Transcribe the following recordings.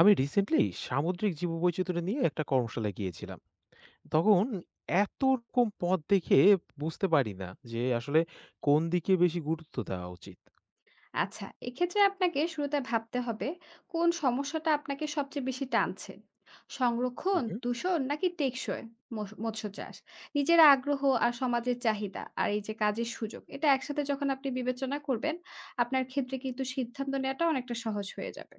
আমি রিসেন্টলি সামুদ্রিক জীববৈচিত্র্য নিয়ে একটা কর্মশালায় গিয়েছিলাম। তখন এত রকম পথ দেখে বুঝতে পারি না যে আসলে কোন দিকে বেশি গুরুত্ব দেওয়া উচিত। আচ্ছা, এক্ষেত্রে আপনাকে শুরুতে ভাবতে হবে কোন সমস্যাটা আপনাকে সবচেয়ে বেশি টানছে। হুম, সংরক্ষণ, হুম। দূষণ নাকি টেকসই মৎস্য চাষ? নিজের আগ্রহ আর সমাজের চাহিদা আর এই যে কাজের সুযোগ এটা একসাথে যখন আপনি বিবেচনা করবেন, আপনার ক্ষেত্রে কিন্তু সিদ্ধান্ত নেওয়াটা অনেকটা সহজ হয়ে যাবে।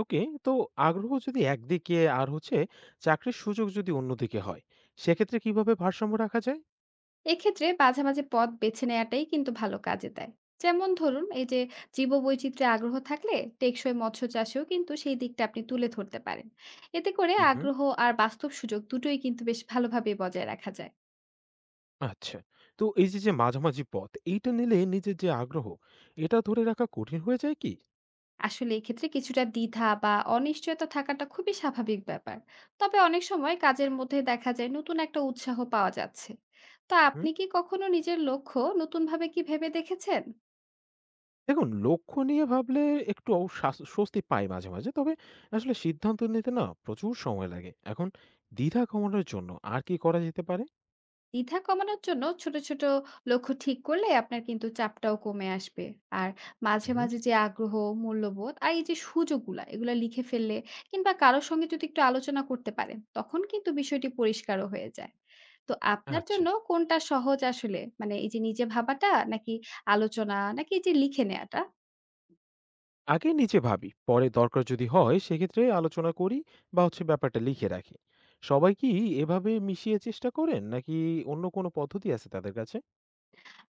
ওকে, তো আগ্রহ যদি একদিকে আর হচ্ছে চাকরির সুযোগ যদি অন্যদিকে হয়, সেক্ষেত্রে কিভাবে ভারসাম্য রাখা যায়? এক্ষেত্রে মাঝামাঝি পথ বেছে নেওয়াটাই কিন্তু ভালো কাজে দেয়। যেমন ধরুন এই যে জীববৈচিত্র্যে আগ্রহ থাকলে টেকসই মৎস্য চাষেও কিন্তু সেই দিকটা আপনি তুলে ধরতে পারেন। এতে করে হুম, হুম। আগ্রহ আর বাস্তব সুযোগ দুটোই কিন্তু বেশ ভালোভাবে বজায় রাখা যায়। আচ্ছা, তো এই যে, যে মাঝামাঝি পথ, এইটা নিলে নিজের যে আগ্রহ, এটা ধরে রাখা কঠিন হয়ে যায় কি? আসলে এক্ষেত্রে কিছুটা দ্বিধা বা অনিশ্চয়তা থাকাটা খুবই স্বাভাবিক ব্যাপার। তবে অনেক সময় কাজের মধ্যে দেখা যায় নতুন একটা উৎসাহ পাওয়া যাচ্ছে। তো আপনি কি কখনো নিজের লক্ষ্য নতুনভাবে কি ভেবে দেখেছেন? দেখুন, লক্ষ্য নিয়ে ভাবলে একটু অ শাস স্বস্তি পাই মাঝে, মাঝে। তবে আসলে সিদ্ধান্ত নিতে না প্রচুর সময় লাগে। এখন দ্বিধা কমানোর জন্য আর কি করা যেতে পারে? দ্বিধা কমানোর জন্য ছোট ছোট লক্ষ্য ঠিক করলে আপনার কিন্তু চাপটাও কমে আসবে। আর মাঝে হুম। মাঝে যে আগ্রহ, মূল্যবোধ আর এই যে সুযোগগুলা এগুলা লিখে ফেললে কিংবা কারোর সঙ্গে যদি একটু আলোচনা করতে পারেন তখন কিন্তু বিষয়টি পরিষ্কারও হয়ে যায়। তো আপনার আচ্ছা। জন্য কোনটা সহজ আসলে, মানে এই যে নিজে ভাবাটা নাকি আলোচনা নাকি এই যে লিখে নেওয়াটা? আগে নিচে ভাবি। পরে দরকার যদি হয় সেক্ষেত্রে আলোচনা করি বা হচ্ছে ব্যাপারটা লিখে রাখি। সবাই কি এভাবে মিশিয়ে চেষ্টা করেন নাকি অন্য কোনো পদ্ধতি আছে তাদের কাছে?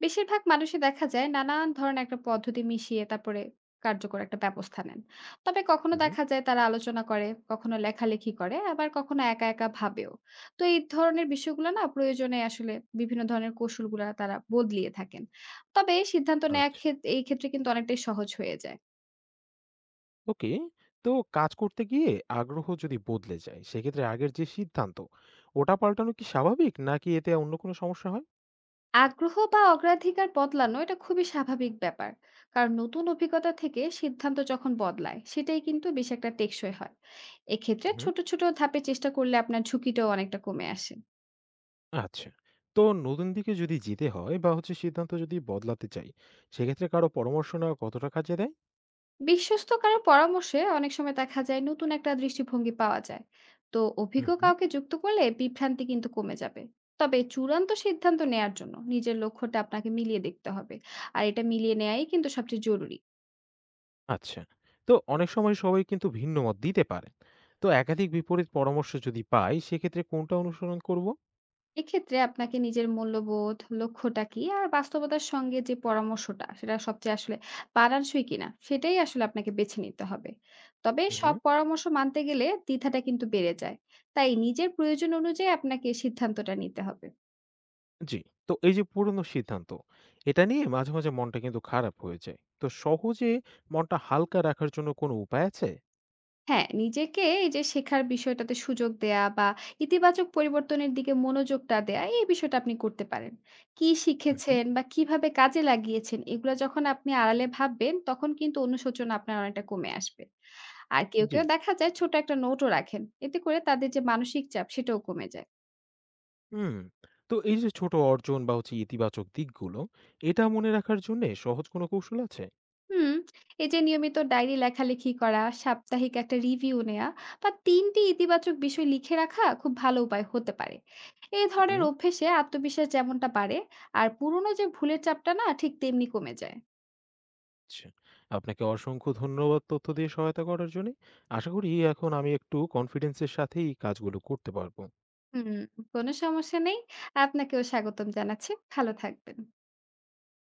বেশিরভাগ মানুষই দেখা যায় নানান ধরনের একটা পদ্ধতি মিশিয়ে তারপরে কার্যকর একটা ব্যবস্থা নেন। তবে কখনো হুম, দেখা যায় তারা আলোচনা করে, কখনো লেখালেখি করে, আবার কখনো একা একা ভাবেও। তো এই ধরনের বিষয়গুলো না প্রয়োজনে আসলে বিভিন্ন ধরনের কৌশলগুলা তারা বদলিয়ে থাকেন। তবে সিদ্ধান্ত নেয়া আচ্ছা। এই ক্ষেত্রে কিন্তু অনেকটাই সহজ হয়ে যায়। ওকে। তো কাজ করতে গিয়ে আগ্রহ যদি বদলে যায় সেক্ষেত্রে আগের যে সিদ্ধান্ত ওটা পাল্টানো কি স্বাভাবিক নাকি এতে অন্য কোনো সমস্যা হয়? আগ্রহ বা অগ্রাধিকার বদলানো এটা খুবই স্বাভাবিক ব্যাপার। কারণ নতুন অভিজ্ঞতা থেকে সিদ্ধান্ত যখন বদলায় সেটাই কিন্তু বেশ একটা টেকসই হয়। এক্ষেত্রে হুম, ছোট ছোট ধাপে চেষ্টা করলে আপনার ঝুঁকিটাও অনেকটা কমে আসে। আচ্ছা। তো নতুন দিকে যদি যেতে হয় বা হচ্ছে সিদ্ধান্ত যদি বদলাতে চাই, সেক্ষেত্রে কারো পরামর্শ নেওয়া কতটা কাজে দেয়? বিশ্বস্ত কারো পরামর্শে অনেক সময় দেখা যায় নতুন একটা দৃষ্টিভঙ্গি পাওয়া যায়। তো হুম, অভিজ্ঞ হুম। কাউকে যুক্ত করলে বিভ্রান্তি কিন্তু কমে যাবে। তবে চূড়ান্ত সিদ্ধান্ত নেয়ার জন্য নিজের লক্ষ্যটা আপনাকে মিলিয়ে দেখতে হবে। আর এটা মিলিয়ে নেয়াই কিন্তু সবচেয়ে জরুরি। আচ্ছা। তো অনেক সময় সবাই কিন্তু ভিন্ন মত দিতে পারেন। তো একাধিক বিপরীত পরামর্শ যদি পাই, সেক্ষেত্রে কোনটা অনুসরণ করব? এক্ষেত্রে আপনাকে নিজের মূল্যবোধ, লক্ষ্যটা কি আর বাস্তবতার সঙ্গে যে পরামর্শটা সেটা সবচেয়ে আসলে মানানসই কিনা সেটাই আসলে আপনাকে বেছে নিতে হবে। তবে হুম, সব হুম। পরামর্শ মানতে গেলে দ্বিধাটা কিন্তু বেড়ে যায়। তাই নিজের প্রয়োজন অনুযায়ী আপনাকে সিদ্ধান্তটা নিতে হবে। জি। তো এই যে পুরনো সিদ্ধান্ত, এটা নিয়ে মাঝে, মাঝে মনটা কিন্তু খারাপ হয়ে যায়। তো সহজে মনটা হালকা রাখার জন্য কোনো উপায় আছে? হ্যাঁ, নিজেকে এই যে শেখার বিষয়টাতে সুযোগ দেয়া বা ইতিবাচক পরিবর্তনের দিকে মনোযোগটা দেয়া, এই বিষয়টা আপনি করতে পারেন। কি হুম, হুম। শিখেছেন বা কিভাবে কাজে লাগিয়েছেন, এগুলা যখন আপনি আড়ালে ভাববেন, তখন কিন্তু অনুশোচনা আপনার অনেকটা কমে আসবে। আর কেউ জি। কেউ দেখা যায় ছোট একটা নোটও রাখেন। এতে করে তাদের যে মানসিক চাপ, সেটাও কমে যায়। হুম। তো এই যে ছোট অর্জন বা হচ্ছে ইতিবাচক দিকগুলো, এটা মনে রাখার জন্যে সহজ কোনো কৌশল আছে? হুম। এই যে নিয়মিত ডায়েরি লেখালেখি করা, সাপ্তাহিক একটা রিভিউ নেওয়া বা ৩ টি ইতিবাচক বিষয় লিখে রাখা খুব ভালো উপায় হতে পারে। এই ধরনের হুম, অভ্যেসে আত্মবিশ্বাস যেমনটা বাড়ে আর পুরনো যে ভুলের চাপটা না ঠিক তেমনি কমে যায়। আচ্ছা। আপনাকে অসংখ্য ধন্যবাদ তথ্য দিয়ে সহায়তা করার জন্যে। আশা করি এখন আমি একটু কনফিডেন্স এর সাথেই কাজগুলো করতে পারব। হুম, কোনো সমস্যা নেই। আপনাকেও স্বাগতম জানাচ্ছি। ভালো থাকবেন।